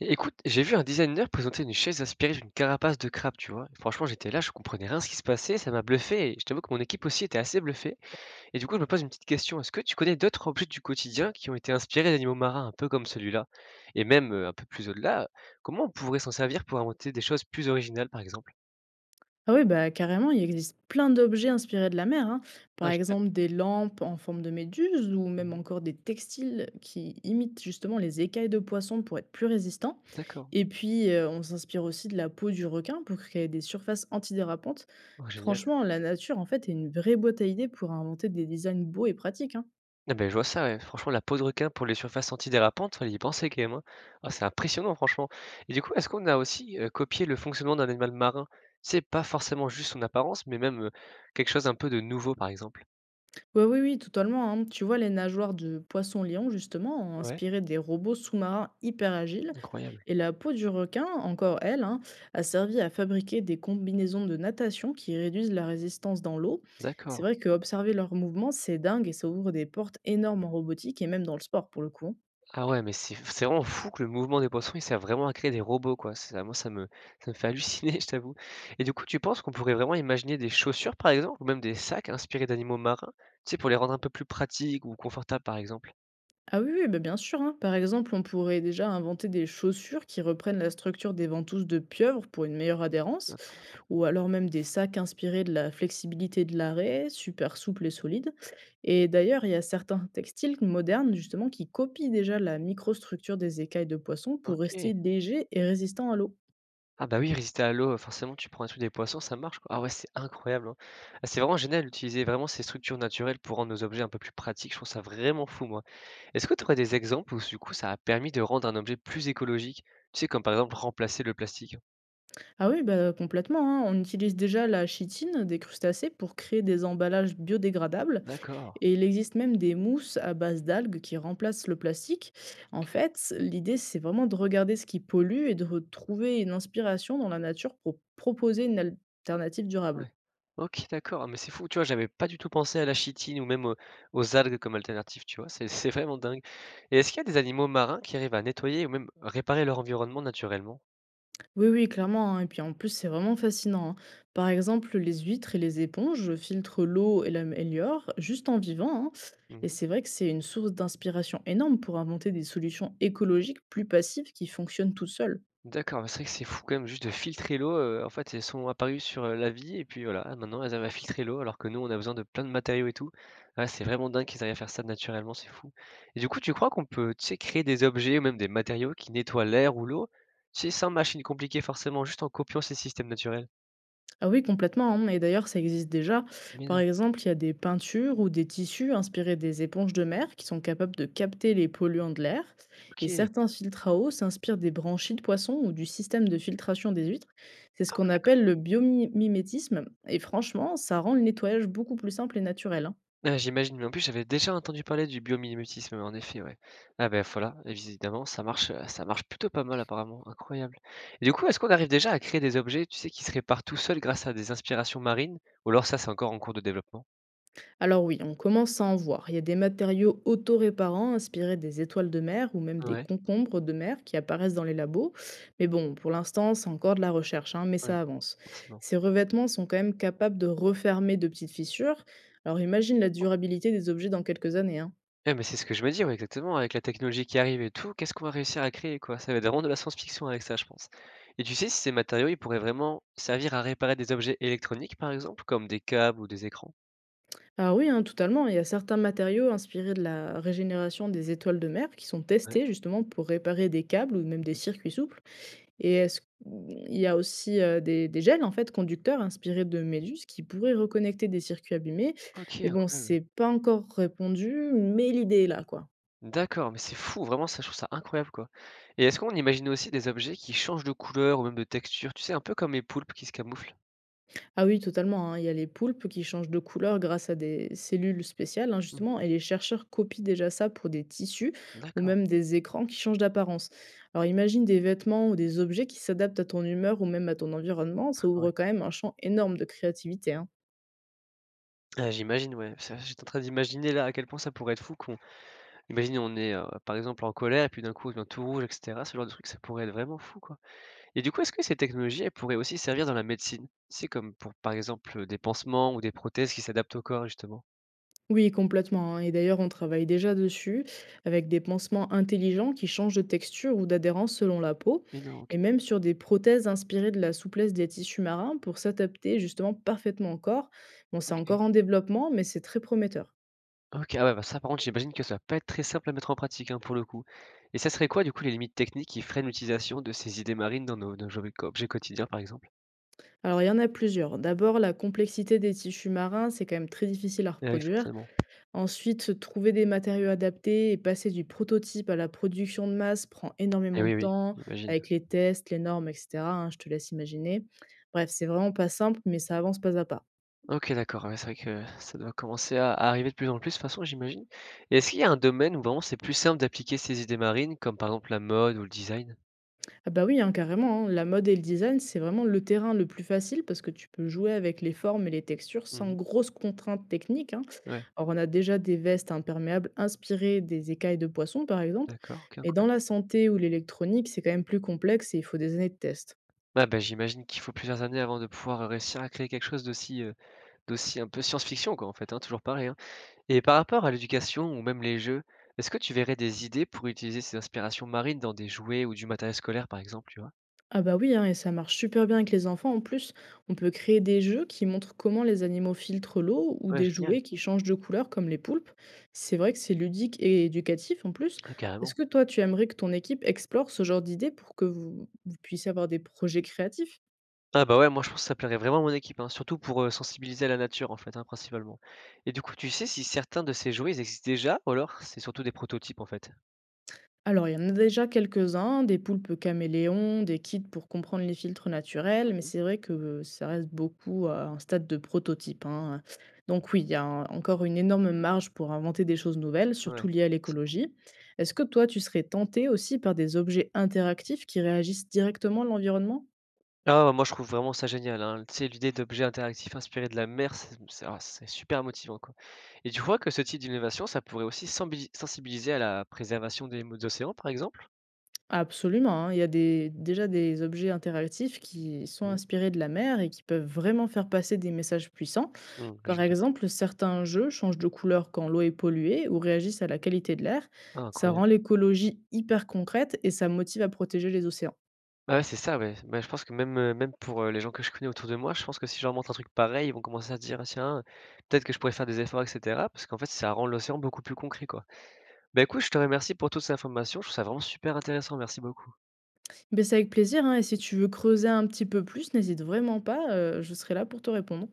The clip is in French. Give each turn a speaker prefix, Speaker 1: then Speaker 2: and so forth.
Speaker 1: É écoute, j'ai vu un designer présenter une chaise inspirée d'une carapace de crabe, tu vois? Et franchement, j'étais là, je comprenais rien à ce qui se passait, ça m'a bluffé et je t'avoue que mon équipe aussi était assez bluffée. Et du coup, je me pose une petite question, est-ce que tu connais d'autres objets du quotidien qui ont été inspirés d'animaux marins, un peu comme celui-là? Et même, un peu plus au-delà, comment on pourrait s'en servir pour inventer des choses plus originales, par exemple?
Speaker 2: Ah oui, bah, carrément, il existe plein d'objets inspirés de la mer, hein. Par
Speaker 1: Ah génial.
Speaker 2: exemple, des lampes en forme de méduse ou même
Speaker 1: Mmh.
Speaker 2: encore des textiles qui imitent justement les écailles de poisson pour être plus résistants.
Speaker 1: D'accord.
Speaker 2: Et puis, on s'inspire aussi de la peau du requin pour créer des surfaces antidérapantes.
Speaker 1: Oh génial.
Speaker 2: Franchement, la nature, en fait, est une vraie boîte à idées pour inventer des designs beaux et pratiques, hein.
Speaker 1: Ah beh, je vois ça, ouais. Franchement, la peau de requin pour les surfaces antidérapantes, fallait y penser quand même, hein. Ah, c'est impressionnant, franchement. Et du coup, est-ce qu'on a aussi, copié le fonctionnement d'un animal marin? C'est pas forcément juste son apparence, mais même, quelque chose un peu de nouveau, par exemple?
Speaker 2: Ouais, oui, oui, totalement, hein. Tu vois, les nageoires de poisson-lion, justement, ont
Speaker 1: Ouais,
Speaker 2: inspiré des robots sous-marins hyper agiles.
Speaker 1: incroyable.
Speaker 2: Et la peau du requin, encore elle, hein, a servi à fabriquer des combinaisons de natation qui réduisent la résistance dans l'eau. C'est
Speaker 1: D'accord.
Speaker 2: vrai que observer leurs mouvements, c'est dingue et ça ouvre des portes énormes en robotique et même dans le sport pour le coup, hein.
Speaker 1: Ah ouais, mais c'est vraiment fou que le mouvement des poissons, il sert vraiment à créer des robots, quoi. C'est moi, ça me fait halluciner, je t'avoue. Et du coup, tu penses qu'on pourrait vraiment imaginer des chaussures, par exemple, ou même des sacs inspirés d'animaux marins? Tu sais, pour les rendre un peu plus pratiques ou confortables, par exemple?
Speaker 2: Ah oui, oui, bah, bien sûr, hein. Par exemple, on pourrait déjà inventer des chaussures qui reprennent la structure des ventouses de pieuvre pour une meilleure adhérence,
Speaker 1: Ah top,
Speaker 2: ou alors même des sacs inspirés de la flexibilité de l'arrêt, super souples et solides. Et d'ailleurs, il y a certains textiles modernes justement qui copient déjà la microstructure des écailles de poisson pour
Speaker 1: OK.
Speaker 2: rester légers et résistants à l'eau.
Speaker 1: Ah bah oui, résister à l'eau, forcément tu prends un truc des poissons, ça marche quoi. Ah ouais, c'est incroyable, hein. Ah c'est vraiment génial d'utiliser vraiment ces structures naturelles pour rendre nos objets un peu plus pratiques, je trouve ça vraiment fou moi. Est-ce que tu aurais des exemples où du coup ça a permis de rendre un objet plus écologique? Tu sais comme par exemple remplacer le plastique?
Speaker 2: Ah oui, bah complètement, hein. On utilise déjà la chitine des crustacés pour créer des emballages biodégradables.
Speaker 1: D'accord,
Speaker 2: Et il existe même des mousses à base d'algues qui remplacent le plastique. En
Speaker 1: OK,
Speaker 2: fait, l'idée, c'est vraiment de regarder ce qui pollue et de retrouver une inspiration dans la nature pour proposer une alternative durable.
Speaker 1: ouais. OK d'accord, ah mais c'est fou, tu vois? J'avais pas du tout pensé à la chitine ou même aux algues comme alternative, tu vois? C'est vraiment dingue et est-ce qu'il y a des animaux marins qui arrivent à nettoyer ou même réparer leur environnement naturellement?
Speaker 2: Oui, oui, clairement, hein. Et puis en plus, c'est vraiment fascinant, hein. Par exemple, les huîtres et les éponges filtrent l'eau et l'améliorent juste en vivant, hein. Et
Speaker 1: Mmh.
Speaker 2: c'est vrai que c'est une source d'inspiration énorme pour inventer des solutions écologiques plus passives qui fonctionnent toutes seules.
Speaker 1: D'accord, mais c'est vrai que c'est fou quand même juste de filtrer l'eau, en fait, elles sont apparues sur, la vie et puis voilà, ah, maintenant elles arrivent à filtrer l'eau alors que nous, on a besoin de plein de matériaux et tout. Ah, c'est vraiment dingue qu'ils arrivent à faire ça naturellement, c'est fou. Et du coup, tu crois qu'on peut, tu sais, créer des objets ou même des matériaux qui nettoient l'air ou l'eau, tu sais, sans machine compliquée forcément, juste en copiant ces systèmes naturels?
Speaker 2: Ah oui, complètement, hein, et d'ailleurs, ça existe déjà.
Speaker 1: Mais
Speaker 2: Par
Speaker 1: non,
Speaker 2: exemple, il y a des peintures ou des tissus inspirés des éponges de mer qui sont capables de capter les polluants de l'air. Et
Speaker 1: OK.
Speaker 2: certains filtres à eau s'inspirent des branchies de poissons ou du système de filtration des huîtres. C'est ce
Speaker 1: Ah ouais,
Speaker 2: qu'on appelle
Speaker 1: d'accord.
Speaker 2: le biomimétisme. Et franchement, ça rend le nettoyage beaucoup plus simple et naturel, hein.
Speaker 1: Ah, j'imagine, mais en plus, j'avais déjà entendu parler du biomimétisme, en effet, ouais. Ah ben voilà, évidemment, ça marche plutôt pas mal apparemment, incroyable. Et du coup, est-ce qu'on arrive déjà à créer des objets, tu sais, qui se réparent tout seuls grâce à des inspirations marines? Ou alors ça, c'est encore en cours de développement?
Speaker 2: Alors oui, on commence à en voir. Il y a des matériaux autoréparants inspirés des étoiles de mer ou même des
Speaker 1: Ouais,
Speaker 2: concombres de mer qui apparaissent dans les labos. Mais bon, pour l'instant, c'est encore de la recherche, hein, mais
Speaker 1: ouais,
Speaker 2: ça avance.
Speaker 1: forcément.
Speaker 2: Ces revêtements sont quand même capables de refermer de petites fissures. Alors imagine la durabilité des objets dans quelques années, hein.
Speaker 1: Eh, mais c'est ce que je me dis, ouais, exactement, avec la technologie qui arrive et tout, qu'est-ce qu'on va réussir à créer, quoi? Ça va être vraiment de la science-fiction avec ça, je pense. Et tu sais si ces matériaux, ils pourraient vraiment servir à réparer des objets électroniques, par exemple, comme des câbles ou des écrans?
Speaker 2: Ah oui, hein, totalement. Il y a certains matériaux inspirés de la régénération des étoiles de mer qui sont
Speaker 1: Ouais.
Speaker 2: testés justement pour réparer des câbles ou même des
Speaker 1: Mmh.
Speaker 2: circuits souples. Et est-ce il y a aussi, des gels, en fait, conducteurs inspirés de méduses qui pourraient reconnecter des circuits abîmés.
Speaker 1: OK,
Speaker 2: Mais bon,
Speaker 1: incroyable.
Speaker 2: c'est pas encore répondu, mais l'idée est là, quoi.
Speaker 1: D'accord, mais c'est fou, vraiment ça, je trouve ça incroyable, quoi. Et est-ce qu'on imagine aussi des objets qui changent de couleur ou même de texture, tu sais, un peu comme les poulpes qui se camouflent?
Speaker 2: Ah oui, totalement, hein, il y a les poulpes qui changent de couleur grâce à des cellules spéciales, hein,
Speaker 1: Mmh.
Speaker 2: justement et les chercheurs copient déjà ça pour des tissus ou
Speaker 1: D'accord,
Speaker 2: même des écrans qui changent d'apparence. Alors imagine des vêtements ou des objets qui s'adaptent à ton humeur ou même à ton environnement, ça
Speaker 1: ah ouais.
Speaker 2: ouvre quand même un champ énorme de créativité, hein.
Speaker 1: Ah j'imagine, ouais, ça j'étais en train d'imaginer là à quel point ça pourrait être fou qu'on imagine on est, par exemple en colère et puis d'un coup on devient tout rouge et cetera, ce genre de truc, ça pourrait être vraiment fou, quoi. Et du coup, est-ce que ces technologies, elles pourraient aussi servir dans la médecine? C'est comme pour, par exemple, des pansements ou des prothèses qui s'adaptent au corps justement?
Speaker 2: Oui, complètement, hein, et d'ailleurs, on travaille déjà dessus avec des pansements intelligents qui changent de texture ou d'adhérence selon la peau,
Speaker 1: Mais non, OK,
Speaker 2: et même sur des prothèses inspirées de la souplesse des tissus marins pour s'adapter justement parfaitement au corps. Bon, c'est
Speaker 1: OK.
Speaker 2: encore en développement, mais c'est très prometteur.
Speaker 1: OK, ah ouais, bah, ça par contre, j'imagine que ça va pas être très simple à mettre en pratique, hein, pour le coup. Et ça serait quoi, du coup, les limites techniques qui freinent l'utilisation de ces idées marines dans nos objets quotidiens, par exemple?
Speaker 2: Alors, il y en a plusieurs. D'abord, la complexité des tissus marins, c'est quand même très difficile à
Speaker 1: Eh oui,
Speaker 2: reproduire.
Speaker 1: forcément.
Speaker 2: Ensuite, trouver des matériaux adaptés et passer du prototype à la production de masse prend
Speaker 1: Eh
Speaker 2: énormément de
Speaker 1: oui, oui,
Speaker 2: temps,
Speaker 1: j'imagine.
Speaker 2: avec les tests, les normes, etc., hein, je te laisse imaginer. Bref, c'est vraiment pas simple, mais ça avance pas à pas.
Speaker 1: OK, d'accord, ouais, c'est vrai que ça doit commencer à arriver de plus en plus, de toute façon, j'imagine. Et est-ce qu'il y a un domaine où vraiment c'est plus simple d'appliquer ces idées marines, comme par exemple la mode ou le design?
Speaker 2: Ah bah oui, hein, carrément, hein, la mode et le design, c'est vraiment le terrain le plus facile parce que tu peux jouer avec les formes et les textures sans
Speaker 1: Mmh.
Speaker 2: grosses contraintes techniques, hein.
Speaker 1: Ouais,
Speaker 2: Alors on a déjà des vestes imperméables inspirées des écailles de poisson, par exemple,
Speaker 1: d'accord, OK,
Speaker 2: mais dans
Speaker 1: incroyable.
Speaker 2: la santé ou l'électronique, c'est quand même plus complexe et il faut des années de tests.
Speaker 1: Ah bah, j'imagine qu'il faut plusieurs années avant de pouvoir, réussir à créer quelque chose d'aussi, d'aussi un peu science-fiction, quoi, en fait, hein, toujours pareil, hein? Et par rapport à l'éducation ou même les jeux, est-ce que tu verrais des idées pour utiliser ces inspirations marines dans des jouets ou du matériel scolaire, par exemple, tu vois?
Speaker 2: Ah bah oui, hein, et ça marche super bien avec les enfants. En plus, on peut créer des jeux qui montrent comment les animaux filtrent l'eau ou
Speaker 1: Ouais,
Speaker 2: des
Speaker 1: génial.
Speaker 2: jouets qui changent de couleur comme les poulpes. C'est vrai que c'est ludique et éducatif en plus.
Speaker 1: Ah,
Speaker 2: Est-ce
Speaker 1: carrément.
Speaker 2: que toi, tu aimerais que ton équipe explore ce genre d'idées pour que vous, vous puissiez avoir des projets créatifs?
Speaker 1: Ah bah ouais, moi je pense que ça plairait vraiment à mon équipe, hein, surtout pour sensibiliser à la nature en fait, hein, principalement. Et du coup, tu sais si certains de ces jouets ils existent déjà ou alors c'est surtout des prototypes en fait?
Speaker 2: Alors, il y en a déjà quelques-uns, des poulpes caméléons, des kits pour comprendre les filtres naturels, mais
Speaker 1: Mhm.
Speaker 2: c'est vrai que ça reste beaucoup à un stade de prototype, hein. Donc oui, il y a encore une énorme marge pour inventer des choses nouvelles, surtout
Speaker 1: Ouais.
Speaker 2: liées à l'écologie. Est-ce que toi, tu serais tenté aussi par des objets interactifs qui réagissent directement à l'environnement?
Speaker 1: Ah, ouais, moi je trouve vraiment ça génial, hein. Tu sais, l'idée d'objets interactifs inspirés de la mer, c'est super motivant, quoi. Et tu crois que ce type d'innovation, ça pourrait aussi sensibiliser à la préservation des maux d'océan, par exemple?
Speaker 2: Absolument, hein. Il y a des, déjà des objets interactifs qui sont
Speaker 1: Mmh.
Speaker 2: inspirés de la mer et qui peuvent vraiment faire passer des messages puissants.
Speaker 1: Mmh,
Speaker 2: Par
Speaker 1: génial.
Speaker 2: exemple, certains jeux changent de couleur quand l'eau est polluée ou réagissent à la qualité de l'air.
Speaker 1: Ah,
Speaker 2: Ça rend
Speaker 1: incroyable.
Speaker 2: l'écologie hyper concrète et ça motive à protéger les océans.
Speaker 1: Ah ouais, c'est ça, ouais. Bah, je pense que même, même pour les gens que je connais autour de moi, je pense que si je leur montre un truc pareil, ils vont commencer à se dire, ah, tiens, peut-être que je pourrais faire des efforts, etc. Parce qu'en fait, ça rend l'océan beaucoup plus concret, quoi. Bah écoute, je te remercie pour toutes ces informations. Je trouve ça vraiment super intéressant. Merci beaucoup.
Speaker 2: Mais c'est avec plaisir, hein, et si tu veux creuser un petit peu plus, n'hésite vraiment pas, je serai là pour te répondre.